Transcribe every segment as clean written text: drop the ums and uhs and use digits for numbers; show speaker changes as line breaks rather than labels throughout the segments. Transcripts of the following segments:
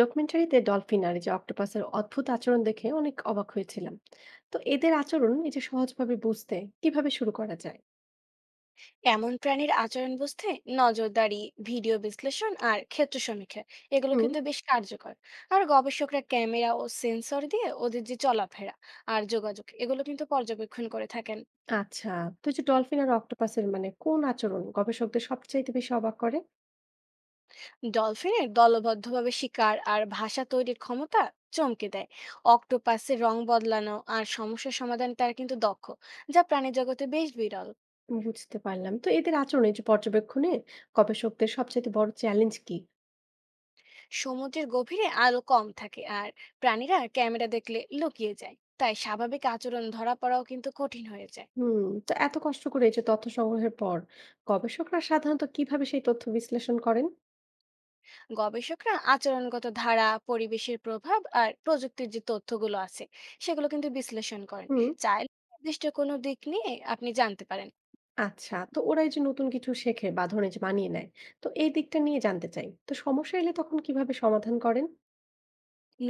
ডকুমেন্টারিতে dolphin আর এই যে অক্টোপাসের অদ্ভুত আচরণ দেখে অনেক অবাক হয়েছিলাম। তো এদের আচরণ এই যে সহজভাবে বুঝতে কিভাবে শুরু করা যায়?
এমন প্রাণীর আচরণ বুঝতে নজরদারি, ভিডিও বিশ্লেষণ আর ক্ষেত্র সমীক্ষা এগুলো
হুম
কিন্তু বেশ কার্যকর। আর গবেষকরা ক্যামেরা ও সেন্সর দিয়ে ওদের যে চলাফেরা আর যোগাযোগ এগুলো কিন্তু পর্যবেক্ষণ করে থাকেন।
আচ্ছা, তো এই যে ডলফিন আর অক্টোপাসের মানে কোন আচরণ গবেষকদের সবচাইতে বেশি অবাক করে?
ডলফিনের দলবদ্ধভাবে শিকার আর ভাষা তৈরির ক্ষমতা চমকে দেয়। অক্টোপাসের রং বদলানো আর সমস্যা সমাধান তারা কিন্তু দক্ষ, যা প্রাণী জগতে বেশ বিরল।
বুঝতে পারলাম, তো এদের আচরণ এই যে পর্যবেক্ষণে গবেষকদের সবচাইতে বড় চ্যালেঞ্জ কি?
সমুদ্রের গভীরে আলো কম থাকে আর প্রাণীরা ক্যামেরা দেখলে লুকিয়ে যায়, তাই স্বাভাবিক আচরণ ধরা পড়াও কিন্তু কঠিন হয়ে যায়।
হুম, তো এত কষ্ট করে এই যে তথ্য সংগ্রহের পর গবেষকরা সাধারণত কিভাবে সেই তথ্য বিশ্লেষণ করেন?
গবেষকরা আচরণগত ধারা, পরিবেশের প্রভাব আর প্রযুক্তির যে তথ্যগুলো আছে সেগুলো কিন্তু বিশ্লেষণ করেন।
হুম।
চাইলে নির্দিষ্ট কোনো দিক নিয়ে আপনি জানতে পারেন।
আচ্ছা, তো ওরা এই যে নতুন কিছু শেখে বা ধরেন যে মানিয়ে নেয়, তো এই দিকটা নিয়ে জানতে চাই। তো সমস্যা এলে তখন কিভাবে সমাধান করেন?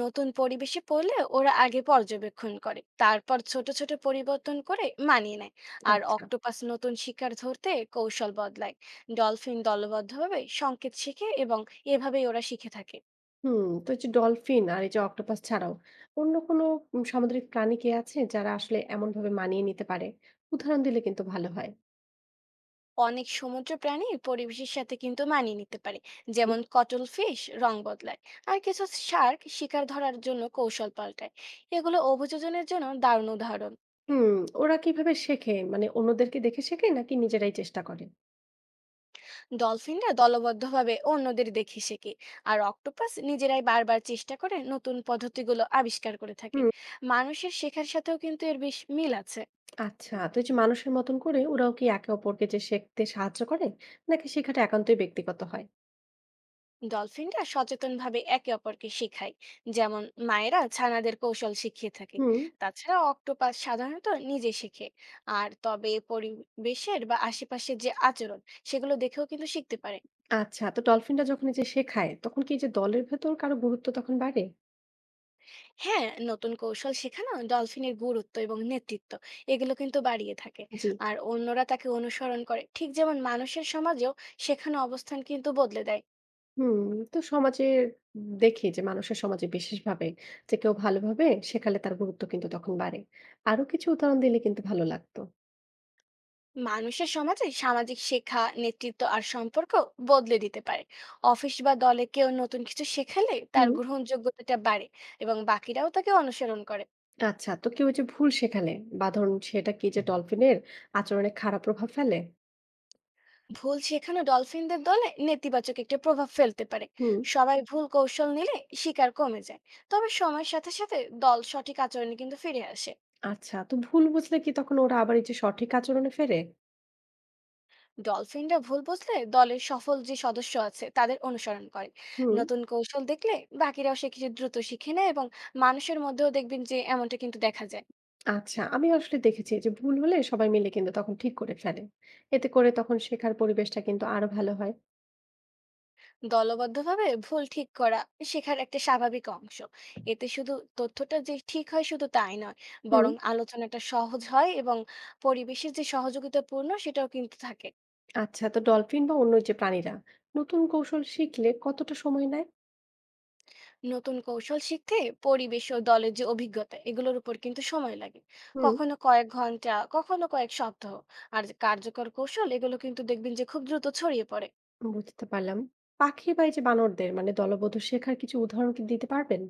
নতুন পরিবেশে পড়লে ওরা আগে পর্যবেক্ষণ করে, তারপর ছোট ছোট পরিবর্তন করে মানিয়ে নেয়। আর
আচ্ছা।
অক্টোপাস নতুন শিকার ধরতে কৌশল বদলায়। ডলফিন দলবদ্ধভাবে সংকেত শিখে এবং এভাবেই ওরা শিখে থাকে।
হুম, তো এই যে ডলফিন আর এই যে অক্টোপাস ছাড়াও অন্য কোনো সামুদ্রিক প্রাণী কি আছে যারা আসলে এমন ভাবে মানিয়ে নিতে পারে? উদাহরণ দিলে কিন্তু ভালো হয়।
অনেক সমুদ্র প্রাণী পরিবেশের সাথে কিন্তু মানিয়ে নিতে পারে,
জি।
যেমন কটল ফিশ রং বদলায়। আর কিছু শার্ক শিকার ধরার জন্য কৌশল পাল্টায়। এগুলো অভিযোজনের জন্য দারুণ উদাহরণ।
হুম। ওরা কিভাবে শেখে মানে অন্যদেরকে দেখে শেখে নাকি নিজেরাই চেষ্টা করে?
ডলফিনরা দলবদ্ধভাবে অন্যদের দেখে শেখে। আর অক্টোপাস নিজেরাই বারবার চেষ্টা করে নতুন পদ্ধতিগুলো আবিষ্কার করে থাকে।
হুম।
মানুষের শেখার সাথেও কিন্তু এর বেশ মিল আছে।
আচ্ছা, তো এই যে মানুষের মতন করে ওরাও কি একে অপরকে যে শিখতে সাহায্য করে নাকি শেখাটা একান্তই ব্যক্তিগত হয়?
ডলফিনরা সচেতনভাবে একে অপরকে শেখায়, যেমন মায়েরা ছানাদের কৌশল শিখিয়ে থাকে।
হুম।
তাছাড়া অক্টোপাস সাধারণত নিজে শেখে, আর তবে পরিবেশের বা আশেপাশের যে আচরণ সেগুলো দেখেও কিন্তু শিখতে পারে।
আচ্ছা, তো ডলফিনটা যখন এই যে শেখায় তখন কি এই যে দলের ভেতর কারো গুরুত্ব তখন বাড়ে?
হ্যাঁ, নতুন কৌশল শেখানো ডলফিনের গুরুত্ব এবং নেতৃত্ব এগুলো কিন্তু বাড়িয়ে থাকে।
জি।
আর অন্যরা তাকে অনুসরণ করে, ঠিক যেমন মানুষের সমাজেও শেখানো অবস্থান কিন্তু বদলে দেয়।
হুম, তো সমাজে দেখি যে মানুষের সমাজে বিশেষভাবে যে কেউ ভালোভাবে শেখালে তার গুরুত্ব কিন্তু তখন বাড়ে। আরো কিছু উদাহরণ দিলে কিন্তু ভালো লাগতো।
মানুষের সমাজে সামাজিক শেখা, নেতৃত্ব আর সম্পর্ক বদলে দিতে পারে। অফিস বা দলে কেউ নতুন কিছু শেখালে তার
হুম।
গ্রহণযোগ্যতাটা বাড়ে এবং বাকিরাও তাকে অনুসরণ করে।
আচ্ছা, তো কেউ এই যে ভুল শেখালে বা ধরুন সেটা কি যে ডলফিনের আচরণে খারাপ প্রভাব ফেলে?
ভুল শেখানো ডলফিনদের দলে নেতিবাচক একটা প্রভাব ফেলতে পারে।
হুম।
সবাই ভুল কৌশল নিলে শিকার কমে যায়। তবে সময়ের সাথে সাথে দল সঠিক আচরণে কিন্তু ফিরে আসে।
আচ্ছা, তো ভুল বুঝলে কি তখন ওরা আবার এই যে সঠিক আচরণে ফেরে?
ডলফিনরা ভুল বুঝলে দলের সফল যে সদস্য আছে তাদের অনুসরণ করে।
হুম।
নতুন কৌশল দেখলে বাকিরাও সে কিছু দ্রুত শিখে নেয় এবং মানুষের মধ্যেও দেখবেন যে এমনটা কিন্তু দেখা যায়।
আচ্ছা, আমি আসলে দেখেছি যে ভুল হলে সবাই মিলে কিন্তু তখন ঠিক করে ফেলে। এতে করে তখন শেখার পরিবেশটা কিন্তু আরো ভালো হয়।
দলবদ্ধভাবে ভুল ঠিক করা শেখার একটা স্বাভাবিক অংশ। এতে শুধু তথ্যটা যে ঠিক হয় শুধু তাই নয়,
হুম।
বরং আলোচনাটা সহজ হয় এবং পরিবেশের যে সহযোগিতাপূর্ণ সেটাও কিন্তু থাকে।
আচ্ছা, তো ডলফিন বা অন্য যে প্রাণীরা নতুন কৌশল শিখলে কতটা সময় নেয়?
নতুন কৌশল শিখতে পরিবেশ ও দলের যে অভিজ্ঞতা এগুলোর উপর কিন্তু সময় লাগে।
হুম।
কখনো কয়েক ঘন্টা, কখনো কয়েক সপ্তাহ। আর কার্যকর কৌশল এগুলো কিন্তু দেখবেন যে খুব দ্রুত ছড়িয়ে পড়ে।
বুঝতে পারলাম। পাখি বা এই যে বানরদের মানে দলবদ্ধ শেখার কিছু উদাহরণ কি দিতে পারবেন?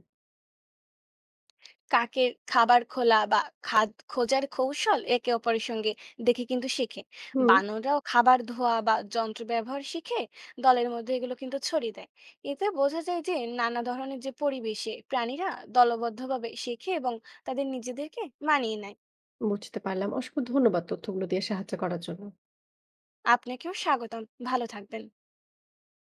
কাকের খাবার খোলা বা খাদ খোঁজার কৌশল একে অপরের সঙ্গে দেখে কিন্তু শিখে।
হুম।
বানররাও খাবার ধোয়া বা যন্ত্র ব্যবহার শিখে দলের মধ্যে এগুলো কিন্তু ছড়িয়ে দেয়। এতে বোঝা যায় যে নানা ধরনের যে পরিবেশে প্রাণীরা দলবদ্ধভাবে শেখে এবং তাদের নিজেদেরকে মানিয়ে নেয়।
বুঝতে পারলাম। অসংখ্য ধন্যবাদ তথ্যগুলো দিয়ে সাহায্য করার জন্য।
আপনাকেও স্বাগতম। ভালো থাকবেন।